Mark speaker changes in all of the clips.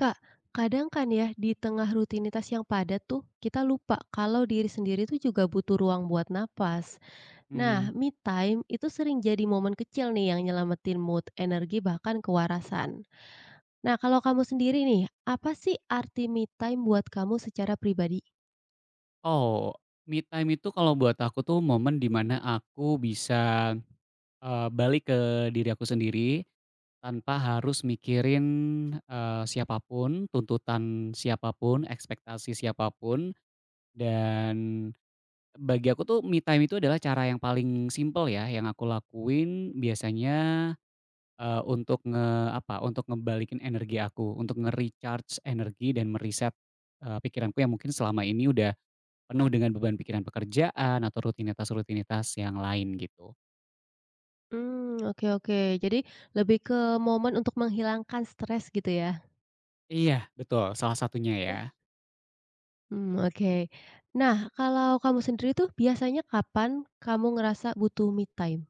Speaker 1: Kak, kadang kan ya di tengah rutinitas yang padat tuh kita lupa kalau diri sendiri tuh juga butuh ruang buat napas. Nah,
Speaker 2: Mmm,
Speaker 1: me time itu sering jadi momen kecil nih yang nyelamatin mood, energi, bahkan kewarasan. Nah, kalau kamu sendiri nih, apa sih arti me time buat kamu secara pribadi?
Speaker 2: oh, me time itu kalau buat aku tuh momen di mana aku bisa, balik ke diri aku sendiri, tanpa harus mikirin, siapa pun, tuntutan siapa pun, ekspektasi siapa pun, dan bagi aku tuh me time itu adalah cara yang paling simpel ya, yang aku lakuin biasanya, untuk apa, untuk ngebalikin energi aku, untuk nge-recharge energi dan me-reset, pikiranku yang mungkin selama ini udah penuh dengan beban pikiran pekerjaan atau rutinitas-rutinitas yang lain gitu.
Speaker 1: Hmm, oke, oke. Jadi lebih ke momen untuk menghilangkan stres gitu ya?
Speaker 2: Iya, betul, salah satunya ya.
Speaker 1: Hmm, oke. Nah, kalau kamu sendiri tuh biasanya kapan kamu ngerasa butuh me time?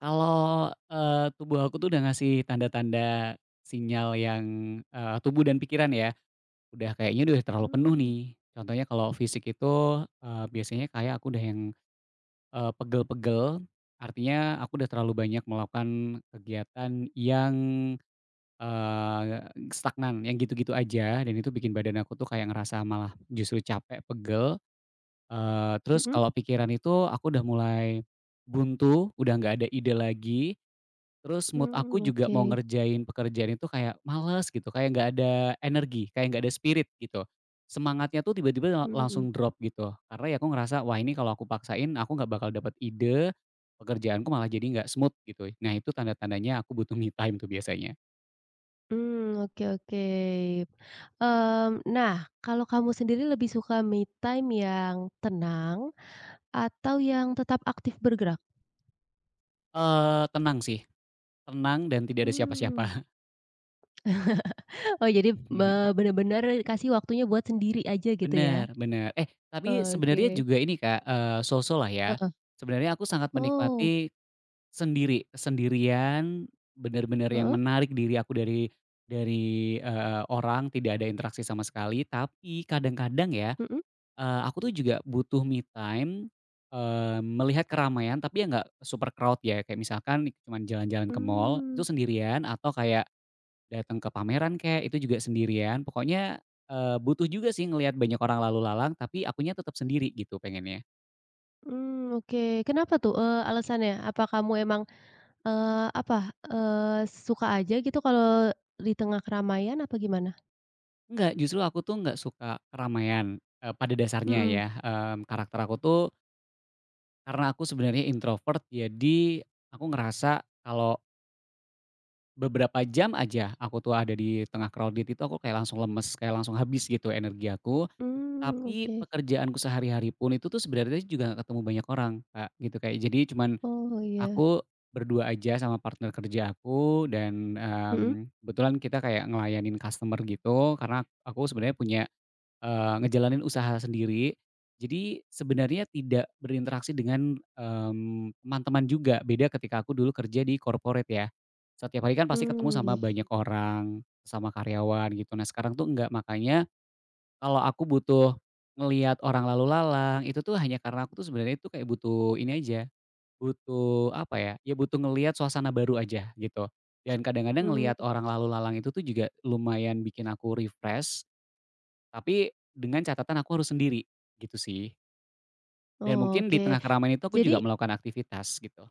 Speaker 2: Kalau, tubuh aku tuh udah ngasih tanda-tanda sinyal yang, tubuh dan pikiran ya, udah kayaknya udah terlalu penuh
Speaker 1: Mmm,
Speaker 2: nih. Contohnya kalau fisik itu, biasanya kayak aku udah yang, pegel-pegel, artinya aku udah terlalu banyak melakukan kegiatan yang, eee, stagnan, yang gitu-gitu aja dan itu bikin badan aku tuh kayak ngerasa malah justru capek, pegel. Terus
Speaker 1: mhm.
Speaker 2: kalau pikiran itu aku udah mulai buntu, udah nggak ada ide lagi, terus mood aku
Speaker 1: Mmm,
Speaker 2: juga
Speaker 1: oke.
Speaker 2: mau ngerjain pekerjaan itu kayak males gitu, kayak nggak ada energi, kayak nggak ada spirit gitu. Semangatnya tuh tiba-tiba langsung
Speaker 1: Mhm.
Speaker 2: drop gitu, karena ya aku ngerasa, wah ini kalau aku paksain aku nggak bakal dapat ide, pekerjaanku malah jadi nggak smooth gitu. Nah itu tanda-tandanya aku butuh me time tuh biasanya.
Speaker 1: Mmm, oke, oke. Nah, kalau kamu sendiri lebih suka me time yang tenang atau yang tetap aktif bergerak?
Speaker 2: Tenang sih, tenang dan tidak ada siapa-siapa.
Speaker 1: Mmm, oh, jadi me bener-bener kasih waktunya buat sendiri aja gitu ya?
Speaker 2: Bener bener. Eh, tapi sebenarnya
Speaker 1: Oke,
Speaker 2: juga ini Kak, so-so lah ya.
Speaker 1: heeh.
Speaker 2: Sebenarnya aku sangat
Speaker 1: Oh,
Speaker 2: menikmati sendiri, kesendirian bener-bener yang
Speaker 1: heeh,
Speaker 2: menarik diri aku dari orang, tidak ada interaksi sama sekali. Tapi kadang-kadang ya,
Speaker 1: mhm.
Speaker 2: aku tuh juga butuh me time, melihat keramaian tapi ya nggak super crowd ya, kayak misalkan cuman jalan-jalan ke mall, itu
Speaker 1: mmm,
Speaker 2: sendirian atau kayak datang ke pameran kayak itu juga sendirian, pokoknya, butuh juga sih ngelihat banyak orang lalu lalang, tapi akunya tetap sendiri gitu pengennya.
Speaker 1: oke, kenapa tuh, alasannya? Apa kamu emang, eee, apa, suka aja gitu kalau di tengah keramaian apa gimana?
Speaker 2: Enggak, justru aku tuh nggak suka keramaian, pada dasarnya
Speaker 1: Mhm.
Speaker 2: ya, karakter aku tuh karena aku sebenarnya introvert, jadi aku ngerasa kalau beberapa jam aja aku tuh ada di tengah crowded itu aku kayak langsung lemes, kayak langsung habis gitu energi aku.
Speaker 1: Mmm,
Speaker 2: Tapi
Speaker 1: oke.
Speaker 2: pekerjaanku sehari-hari pun itu tuh sebenarnya juga nggak ketemu banyak orang, Kak, gitu, kayak jadi cuman
Speaker 1: Oh, iya.
Speaker 2: aku berdua aja sama partner kerja aku dan,
Speaker 1: Mhm?
Speaker 2: kebetulan kita kayak ngelayanin customer gitu karena aku sebenarnya punya, ngejalanin usaha sendiri. Jadi sebenarnya tidak berinteraksi dengan, teman-teman juga, beda ketika aku dulu kerja di corporate ya. Setiap hari kan pasti ketemu
Speaker 1: Mmm,
Speaker 2: sama
Speaker 1: iya.
Speaker 2: banyak orang, sama karyawan gitu. Nah sekarang tuh enggak, makanya kalau aku butuh ngelihat orang lalu lalang, itu tuh hanya karena aku tuh sebenarnya itu kayak butuh ini aja. Butuh apa ya, ya butuh ngelihat suasana baru aja gitu. Dan kadang-kadang
Speaker 1: Mmm,
Speaker 2: ngelihat orang lalu lalang itu tuh juga lumayan bikin aku refresh, tapi dengan catatan aku harus sendiri, gitu sih. Dan mungkin di
Speaker 1: oke.
Speaker 2: tengah keramaian itu aku
Speaker 1: Jadi
Speaker 2: juga melakukan aktivitas gitu.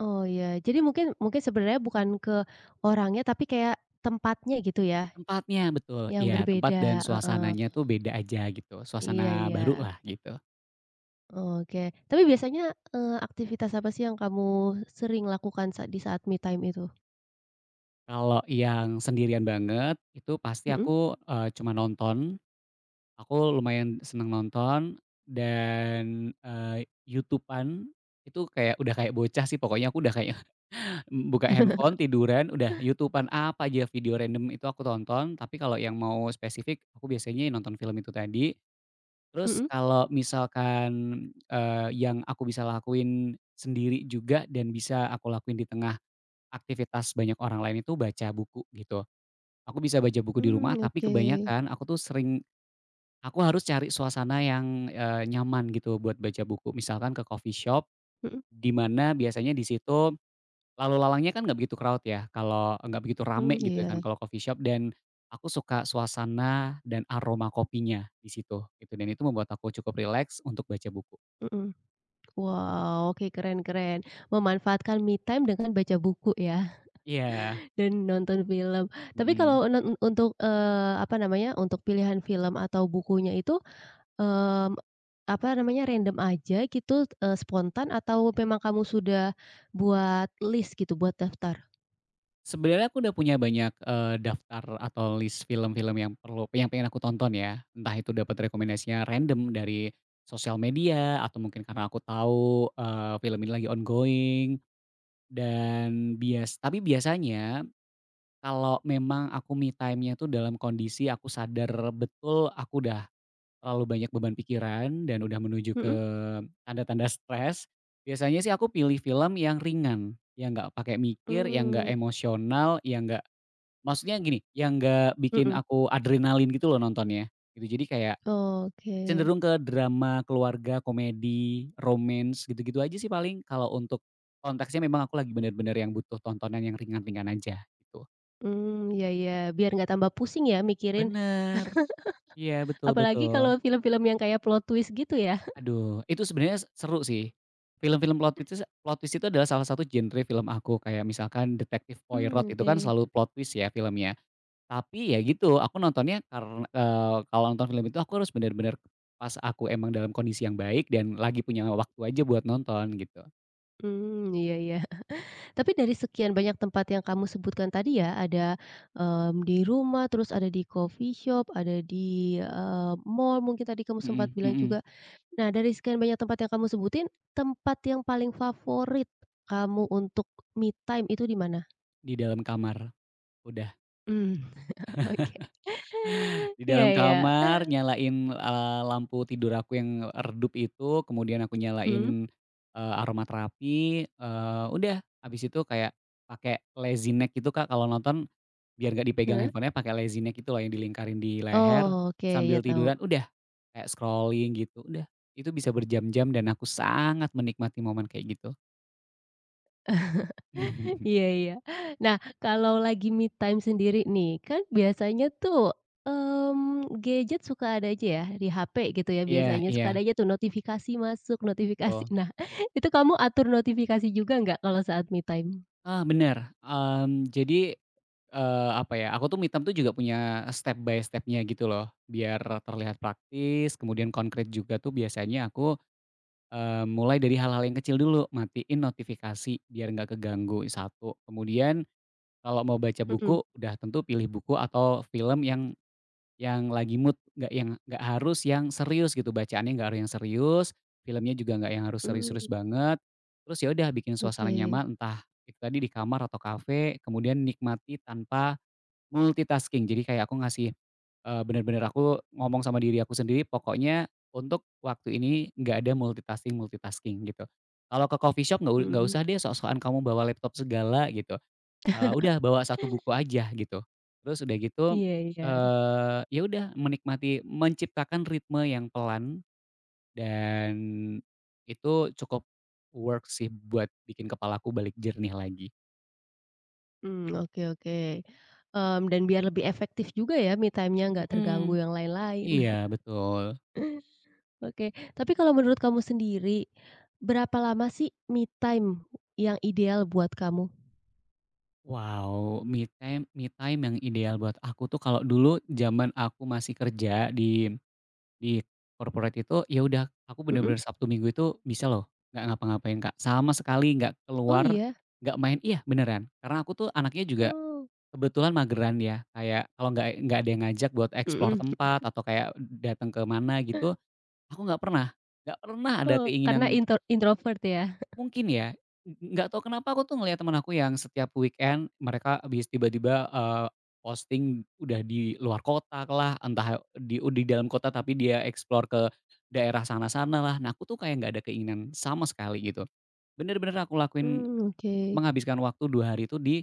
Speaker 1: oh, iya. Jadi mungkin mungkin sebenarnya bukan ke orangnya, tapi kayak tempatnya gitu ya,
Speaker 2: Tempatnya betul,
Speaker 1: yang
Speaker 2: iya tempat dan
Speaker 1: berbeda?
Speaker 2: suasananya
Speaker 1: Heeh.
Speaker 2: tuh beda aja gitu,
Speaker 1: Iya,
Speaker 2: suasana
Speaker 1: iya.
Speaker 2: baru lah gitu.
Speaker 1: Oke. Tapi biasanya, aktivitas apa sih yang kamu sering lakukan saat di saat me time itu?
Speaker 2: Kalau yang sendirian banget itu pasti
Speaker 1: Mhm?
Speaker 2: aku, cuma nonton. Aku lumayan seneng nonton dan, YouTube itu kayak udah kayak bocah sih pokoknya aku udah kayak buka handphone, tiduran, udah YouTube apa aja video random itu aku tonton, tapi kalau yang mau spesifik aku biasanya nonton film itu tadi. Terus
Speaker 1: Mhm?
Speaker 2: kalau misalkan, yang aku bisa lakuin sendiri juga dan bisa aku lakuin di tengah aktivitas banyak orang lain itu baca buku gitu. Aku bisa baca buku di
Speaker 1: Mmm,
Speaker 2: rumah tapi
Speaker 1: oke.
Speaker 2: kebanyakan aku tuh sering. Aku harus cari suasana yang, nyaman gitu buat baca buku. Misalkan ke coffee shop,
Speaker 1: Mhm?
Speaker 2: di mana biasanya di situ lalu lalangnya kan nggak begitu crowd ya, kalau nggak begitu
Speaker 1: Mmm,
Speaker 2: rame gitu ya kan
Speaker 1: iya.
Speaker 2: kalau coffee shop dan aku suka suasana dan aroma kopinya di situ, gitu. Dan itu membuat aku cukup rileks untuk baca buku.
Speaker 1: Mhm. Wow, oke, keren, keren. Memanfaatkan me time dengan baca buku ya?
Speaker 2: Iya,
Speaker 1: Dan nonton film. Tapi
Speaker 2: mhm.
Speaker 1: kalau untuk, apa namanya, untuk pilihan film atau bukunya itu, mmm, apa namanya, random aja gitu, spontan atau memang kamu sudah buat list gitu, buat daftar?
Speaker 2: Sebenarnya aku udah punya banyak, daftar atau list film-film yang pengen aku tonton ya, entah itu dapat rekomendasinya random
Speaker 1: Mhm.
Speaker 2: dari sosial media atau mungkin karena aku tahu, film ini lagi ongoing dan bias tapi biasanya kalau memang aku me time-nya tuh dalam kondisi aku sadar betul aku udah terlalu banyak beban pikiran dan udah menuju
Speaker 1: Mhm?
Speaker 2: ke tanda-tanda stres, biasanya sih aku pilih film yang ringan, yang nggak pakai mikir, yang nggak
Speaker 1: Mmm,
Speaker 2: emosional, yang nggak. Maksudnya gini, yang nggak bikin
Speaker 1: mhm,
Speaker 2: aku adrenalin gitu loh nontonnya, gitu. Jadi kayak
Speaker 1: oke.
Speaker 2: cenderung ke drama keluarga, komedi, romance, gitu-gitu aja sih paling. Kalau untuk konteksnya memang aku lagi bener-bener yang butuh tontonan yang ringan-ringan aja, gitu.
Speaker 1: Mmm, iya, iya, biar nggak tambah pusing ya mikirin.
Speaker 2: Bener, iya betul
Speaker 1: Apalagi
Speaker 2: betul.
Speaker 1: kalau film-film yang kayak plot twist gitu ya?
Speaker 2: Aduh, itu sebenarnya seru sih. Film-film plot twist itu adalah salah satu genre film aku, kayak misalkan Detektif
Speaker 1: Mmm,
Speaker 2: Poirot itu
Speaker 1: oke.
Speaker 2: kan selalu plot twist ya filmnya. Tapi ya gitu, aku nontonnya karena kalau nonton film itu aku harus bener-bener pas aku emang dalam kondisi yang baik dan lagi punya waktu aja buat nonton gitu.
Speaker 1: Mmm, iya, iya. Tapi dari sekian banyak tempat yang kamu sebutkan tadi ya, ada, di rumah, terus ada di coffee shop, ada di, mall, mungkin tadi kamu sempat
Speaker 2: Mhm
Speaker 1: bilang
Speaker 2: mhm,
Speaker 1: juga. Nah, dari sekian banyak tempat yang kamu sebutin, tempat yang paling favorit kamu untuk me time itu di mana?
Speaker 2: di dalam kamar, udah.
Speaker 1: Mmm, oke.
Speaker 2: Di
Speaker 1: Iya,
Speaker 2: dalam
Speaker 1: iya.
Speaker 2: kamar nyalain, lampu tidur aku yang redup itu, kemudian aku
Speaker 1: Mhm.
Speaker 2: nyalain, aromaterapi, udah, habis itu kayak pakai lazy neck gitu Kak kalau nonton. Biar nggak dipegang
Speaker 1: Heeh?
Speaker 2: handphonenya pakai lazy neck itu loh yang dilingkarin di leher,
Speaker 1: Oh, oke, ya
Speaker 2: sambil
Speaker 1: tahu.
Speaker 2: tiduran udah, kayak scrolling gitu, udah. Itu bisa berjam-jam dan aku sangat menikmati momen kayak gitu.
Speaker 1: Iya, iya. Nah, kalau lagi me time sendiri nih, kan biasanya tuh, gadget suka ada aja ya di HP gitu ya,
Speaker 2: Iya
Speaker 1: biasanya suka ada
Speaker 2: iya,
Speaker 1: aja tuh notifikasi masuk, notifikasi.
Speaker 2: betul.
Speaker 1: Nah, itu kamu atur notifikasi juga nggak kalau saat me time?
Speaker 2: Heeh, bener, jadi, apa ya, aku tuh mitam tuh juga punya step by stepnya gitu loh, biar terlihat praktis, kemudian konkret juga tuh biasanya aku, mulai dari hal-hal yang kecil dulu, matiin notifikasi biar nggak keganggu, satu. Kemudian kalau mau baca
Speaker 1: Mhm.
Speaker 2: buku, udah tentu pilih buku atau film yang lagi mood, nggak yang nggak harus yang serius gitu, bacaannya nggak harus yang serius, filmnya juga nggak yang harus serius-serius
Speaker 1: Mmm,
Speaker 2: banget. Terus ya udah bikin suasana
Speaker 1: oke.
Speaker 2: nyaman, entah itu tadi di kamar atau kafe, kemudian nikmati tanpa multitasking. Jadi kayak aku ngasih, bener-bener aku ngomong sama diri aku sendiri, pokoknya untuk waktu ini nggak ada multitasking-multitasking gitu. Kalau ke coffee shop nggak
Speaker 1: Mhm,
Speaker 2: usah deh sok-sokan kamu bawa laptop segala gitu. Udah bawa satu buku aja gitu. Terus udah gitu,
Speaker 1: iya, iya.
Speaker 2: ya udah menikmati menciptakan ritme yang pelan dan itu cukup works sih buat bikin kepalaku balik jernih lagi.
Speaker 1: Mmm, oke, oke. Dan biar lebih efektif juga ya me time-nya, nggak terganggu
Speaker 2: Mhm.
Speaker 1: yang lain-lain.
Speaker 2: Iya betul.
Speaker 1: Oke, tapi kalau menurut kamu sendiri, berapa lama sih me time yang ideal buat kamu?
Speaker 2: Wow, me time yang ideal buat aku tuh kalau dulu zaman aku masih kerja di Di corporate itu, ya udah aku
Speaker 1: Mhm.
Speaker 2: bener-bener Sabtu Minggu itu bisa loh nggak ngapa-ngapain, Kak, sama sekali nggak
Speaker 1: Oh
Speaker 2: keluar,
Speaker 1: iya?
Speaker 2: nggak main iya beneran, karena aku tuh anaknya juga
Speaker 1: Oh.
Speaker 2: kebetulan mageran ya, kayak kalau nggak ada yang ngajak buat explore
Speaker 1: Mhm.
Speaker 2: tempat atau kayak datang ke mana gitu, aku nggak pernah ada
Speaker 1: Oh, karena
Speaker 2: keinginan
Speaker 1: introvert ya?
Speaker 2: Mungkin ya, nggak tahu kenapa aku tuh ngelihat teman aku yang setiap weekend mereka habis tiba-tiba, posting udah di luar kota lah, entah di dalam kota tapi dia explore ke daerah sana-sana lah. Nah, aku tuh kayak nggak ada keinginan sama sekali gitu. Bener-bener aku lakuin
Speaker 1: Mmm, oke.
Speaker 2: menghabiskan waktu 2 hari itu di,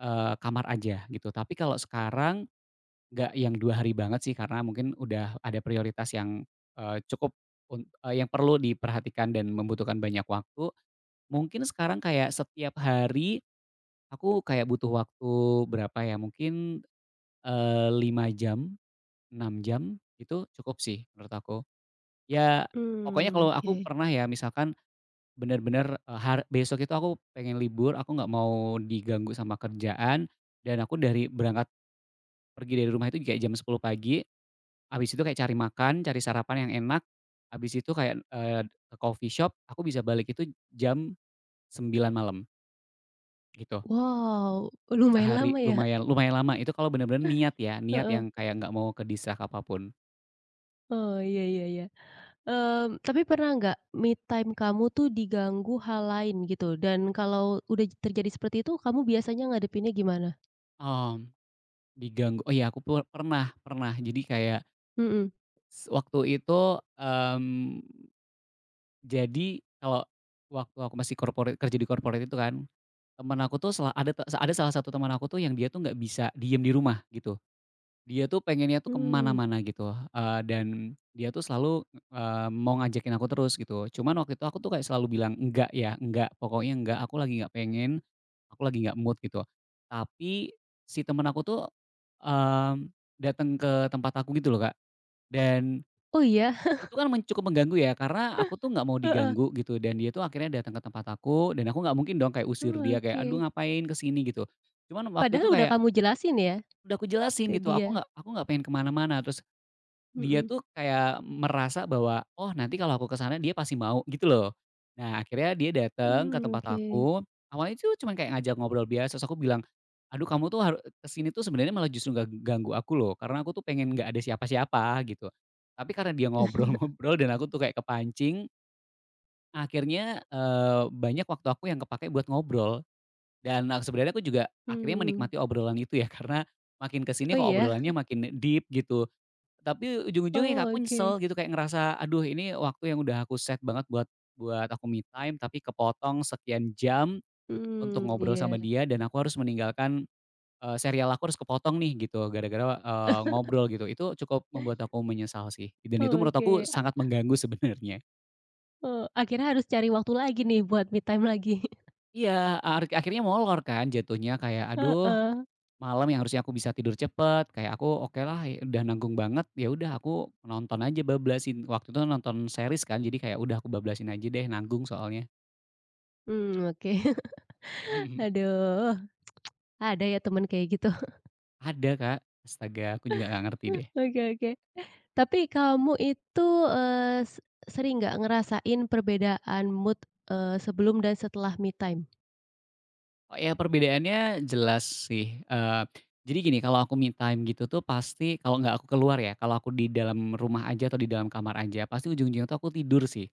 Speaker 2: kamar aja gitu. Tapi kalau sekarang nggak yang 2 hari banget sih karena mungkin udah ada prioritas yang, cukup yang perlu diperhatikan dan membutuhkan banyak waktu. Mungkin sekarang kayak setiap hari aku kayak butuh waktu berapa ya, mungkin, 5 jam, 6 jam, itu cukup sih menurut aku. Ya, pokoknya
Speaker 1: Mmm,
Speaker 2: kalau
Speaker 1: oke.
Speaker 2: aku pernah ya misalkan benar-benar eee, har besok itu aku pengen libur, aku nggak mau diganggu sama kerjaan, dan aku dari berangkat pergi dari rumah itu kayak jam 10 pagi, habis itu kayak cari makan, cari sarapan yang enak, habis itu kayak, ke coffee shop, aku bisa balik itu jam 9 malam, gitu.
Speaker 1: Wow, lumayan
Speaker 2: Sehari,
Speaker 1: lama ya?
Speaker 2: lumayan lumayan lama, itu kalau bener-bener niat ya, niat yang
Speaker 1: Heeh.
Speaker 2: kayak nggak mau ke distract apapun
Speaker 1: Oh, iya, iya, iya. Tapi pernah nggak me time kamu tuh diganggu hal lain gitu? Dan kalau udah terjadi seperti itu, kamu biasanya ngadepinnya gimana?
Speaker 2: Mmm, diganggu oh iya aku pu pernah pernah, jadi kayak
Speaker 1: Mhm.
Speaker 2: waktu itu, mmm, jadi kalau waktu aku masih corporate kerja di corporate itu kan, temen aku tuh sela ada te ada salah satu teman aku tuh yang dia tuh nggak bisa diem di rumah gitu. Dia tuh pengennya tuh kemana
Speaker 1: Mmm.
Speaker 2: mana gitu, dan dia tuh selalu, mau ngajakin aku terus gitu. Cuman waktu itu aku tuh kayak selalu bilang, "Enggak ya, enggak, pokoknya enggak, aku lagi nggak pengen, aku lagi nggak mood," gitu. Tapi si temen aku tuh, mmm, dateng ke tempat aku gitu loh, Kak. Dan
Speaker 1: Oh iya?
Speaker 2: itu kan cukup mengganggu ya, karena aku tuh nggak mau
Speaker 1: Heeh.
Speaker 2: diganggu gitu dan dia tuh akhirnya datang ke tempat aku dan aku nggak mungkin dong kayak usir
Speaker 1: Oh,
Speaker 2: dia kayak, "Aduh
Speaker 1: oke.
Speaker 2: ngapain ke sini?" Gitu. Cuman waktu itu
Speaker 1: Padahal udah
Speaker 2: kayak
Speaker 1: kamu jelasin ya,
Speaker 2: udah aku jelasin
Speaker 1: ke
Speaker 2: gitu, aku
Speaker 1: dia?
Speaker 2: nggak aku nggak pengen kemana mana terus dia
Speaker 1: Mhm.
Speaker 2: tuh kayak merasa bahwa, "Oh nanti kalau aku ke sana dia pasti mau," gitu loh. Nah akhirnya dia datang ke
Speaker 1: Mmm,
Speaker 2: tempat
Speaker 1: oke.
Speaker 2: aku, awalnya itu cuma kayak ngajak ngobrol biasa, terus aku bilang, "Aduh kamu tuh haru ke tuh sebenarnya malah justru nggak ganggu aku loh, karena aku tuh pengen nggak ada siapa-siapa," gitu. Tapi karena dia ngobrol-ngobrol dan aku tuh kayak kepancing, akhirnya, banyak waktu aku yang kepake buat ngobrol. Dan sebenarnya aku juga akhirnya
Speaker 1: Mhm.
Speaker 2: menikmati obrolan itu ya, karena makin kesini
Speaker 1: Oh
Speaker 2: kok
Speaker 1: iya?
Speaker 2: obrolannya makin deep gitu. Tapi ujung-ujungnya kayak
Speaker 1: Oh,
Speaker 2: aku
Speaker 1: oke.
Speaker 2: nyesel gitu, kayak ngerasa, "Aduh ini waktu yang udah aku set banget buat buat aku me time, tapi kepotong sekian jam untuk
Speaker 1: Mhm,
Speaker 2: ngobrol
Speaker 1: iya.
Speaker 2: sama dia dan aku harus meninggalkan, serial aku harus kepotong nih," gitu, gara-gara, ngobrol gitu. Itu cukup membuat aku menyesal sih, dan itu menurut aku
Speaker 1: Oke, a
Speaker 2: sangat mengganggu sebenarnya.
Speaker 1: akhirnya harus cari waktu lagi nih buat me time lagi.
Speaker 2: Iya, akhirnya molor kan jatuhnya, kayak, "Aduh
Speaker 1: Heeh.
Speaker 2: Malam yang harusnya aku bisa tidur cepet, kayak aku okelah ya udah nanggung banget, ya udah aku nonton aja bablasin. Waktu itu nonton series kan, jadi kayak udah aku bablasin aja deh, nanggung soalnya.
Speaker 1: Mmm, oke. Aduh, ada ya temen kayak gitu.
Speaker 2: Ada, Kak. Astaga, aku juga nggak ngerti deh.
Speaker 1: Oke, oke. Tapi kamu itu, eee, se sering nggak ngerasain perbedaan mood, sebelum dan setelah me time?
Speaker 2: Oh ya perbedaannya jelas sih, jadi gini, kalau aku me time gitu tuh pasti kalau nggak aku keluar ya, kalau aku di dalam rumah aja atau di dalam kamar aja, pasti ujung-ujungnya tuh aku tidur sih.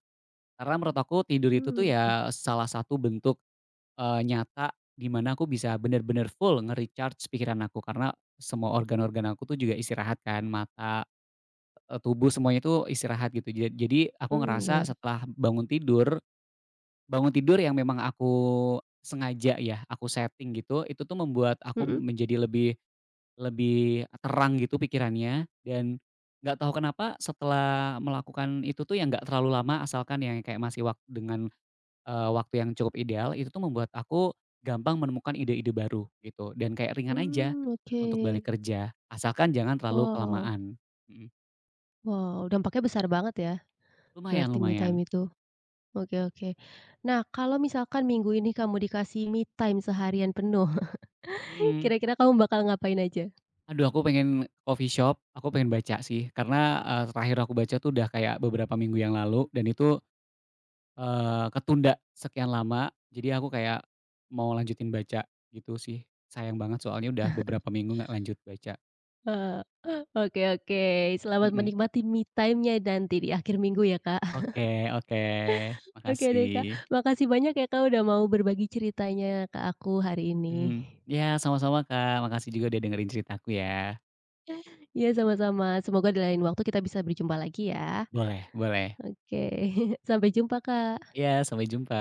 Speaker 2: Karena menurut aku tidur itu tuh
Speaker 1: Mmm,
Speaker 2: ya salah satu bentuk nyata di mana aku bisa benar-benar full nge-recharge pikiran aku karena semua organ-organ aku tuh juga istirahat kan, mata, tubuh semuanya tuh istirahat gitu. Jadi aku
Speaker 1: mhm, iya.
Speaker 2: ngerasa setelah bangun tidur yang memang aku sengaja ya, aku setting gitu, itu tuh membuat aku
Speaker 1: Mhm?
Speaker 2: menjadi lebih lebih terang gitu pikirannya dan nggak tahu kenapa setelah melakukan itu tuh yang nggak terlalu lama asalkan yang kayak masih waktu dengan waktu yang cukup ideal itu tuh membuat aku gampang menemukan ide-ide baru gitu dan kayak ringan aja
Speaker 1: Mmm, oke.
Speaker 2: untuk balik kerja, asalkan jangan terlalu
Speaker 1: Wow.
Speaker 2: kelamaan, mhm,
Speaker 1: Wow, dampaknya besar banget ya,
Speaker 2: lumayan
Speaker 1: berarti me
Speaker 2: lumayan,
Speaker 1: time itu. Oke, oke. Nah, kalau misalkan minggu ini kamu dikasih me time seharian penuh,
Speaker 2: mhm.
Speaker 1: kira-kira kamu bakal ngapain aja?
Speaker 2: Aduh aku pengen coffee shop, aku pengen baca sih karena, terakhir aku baca tuh udah kayak beberapa minggu yang lalu dan itu, ketunda sekian lama jadi aku kayak mau lanjutin baca gitu sih. Sayang banget soalnya udah beberapa minggu nggak lanjut baca,
Speaker 1: Heeh. Oke, oke, selamat
Speaker 2: mhm.
Speaker 1: menikmati me time-nya nanti di akhir minggu ya, Kak.
Speaker 2: Oke oke,
Speaker 1: Oke deh,
Speaker 2: makasih.
Speaker 1: Kak, makasih banyak ya, Kak, udah mau berbagi ceritanya ke aku hari ini.
Speaker 2: Mhm. Ya sama-sama Kak, makasih juga udah dengerin ceritaku ya.
Speaker 1: Iya, sama-sama, semoga di lain waktu kita bisa berjumpa lagi ya.
Speaker 2: Boleh boleh.
Speaker 1: Oke, sampai jumpa, Kak.
Speaker 2: Ya, sampai jumpa.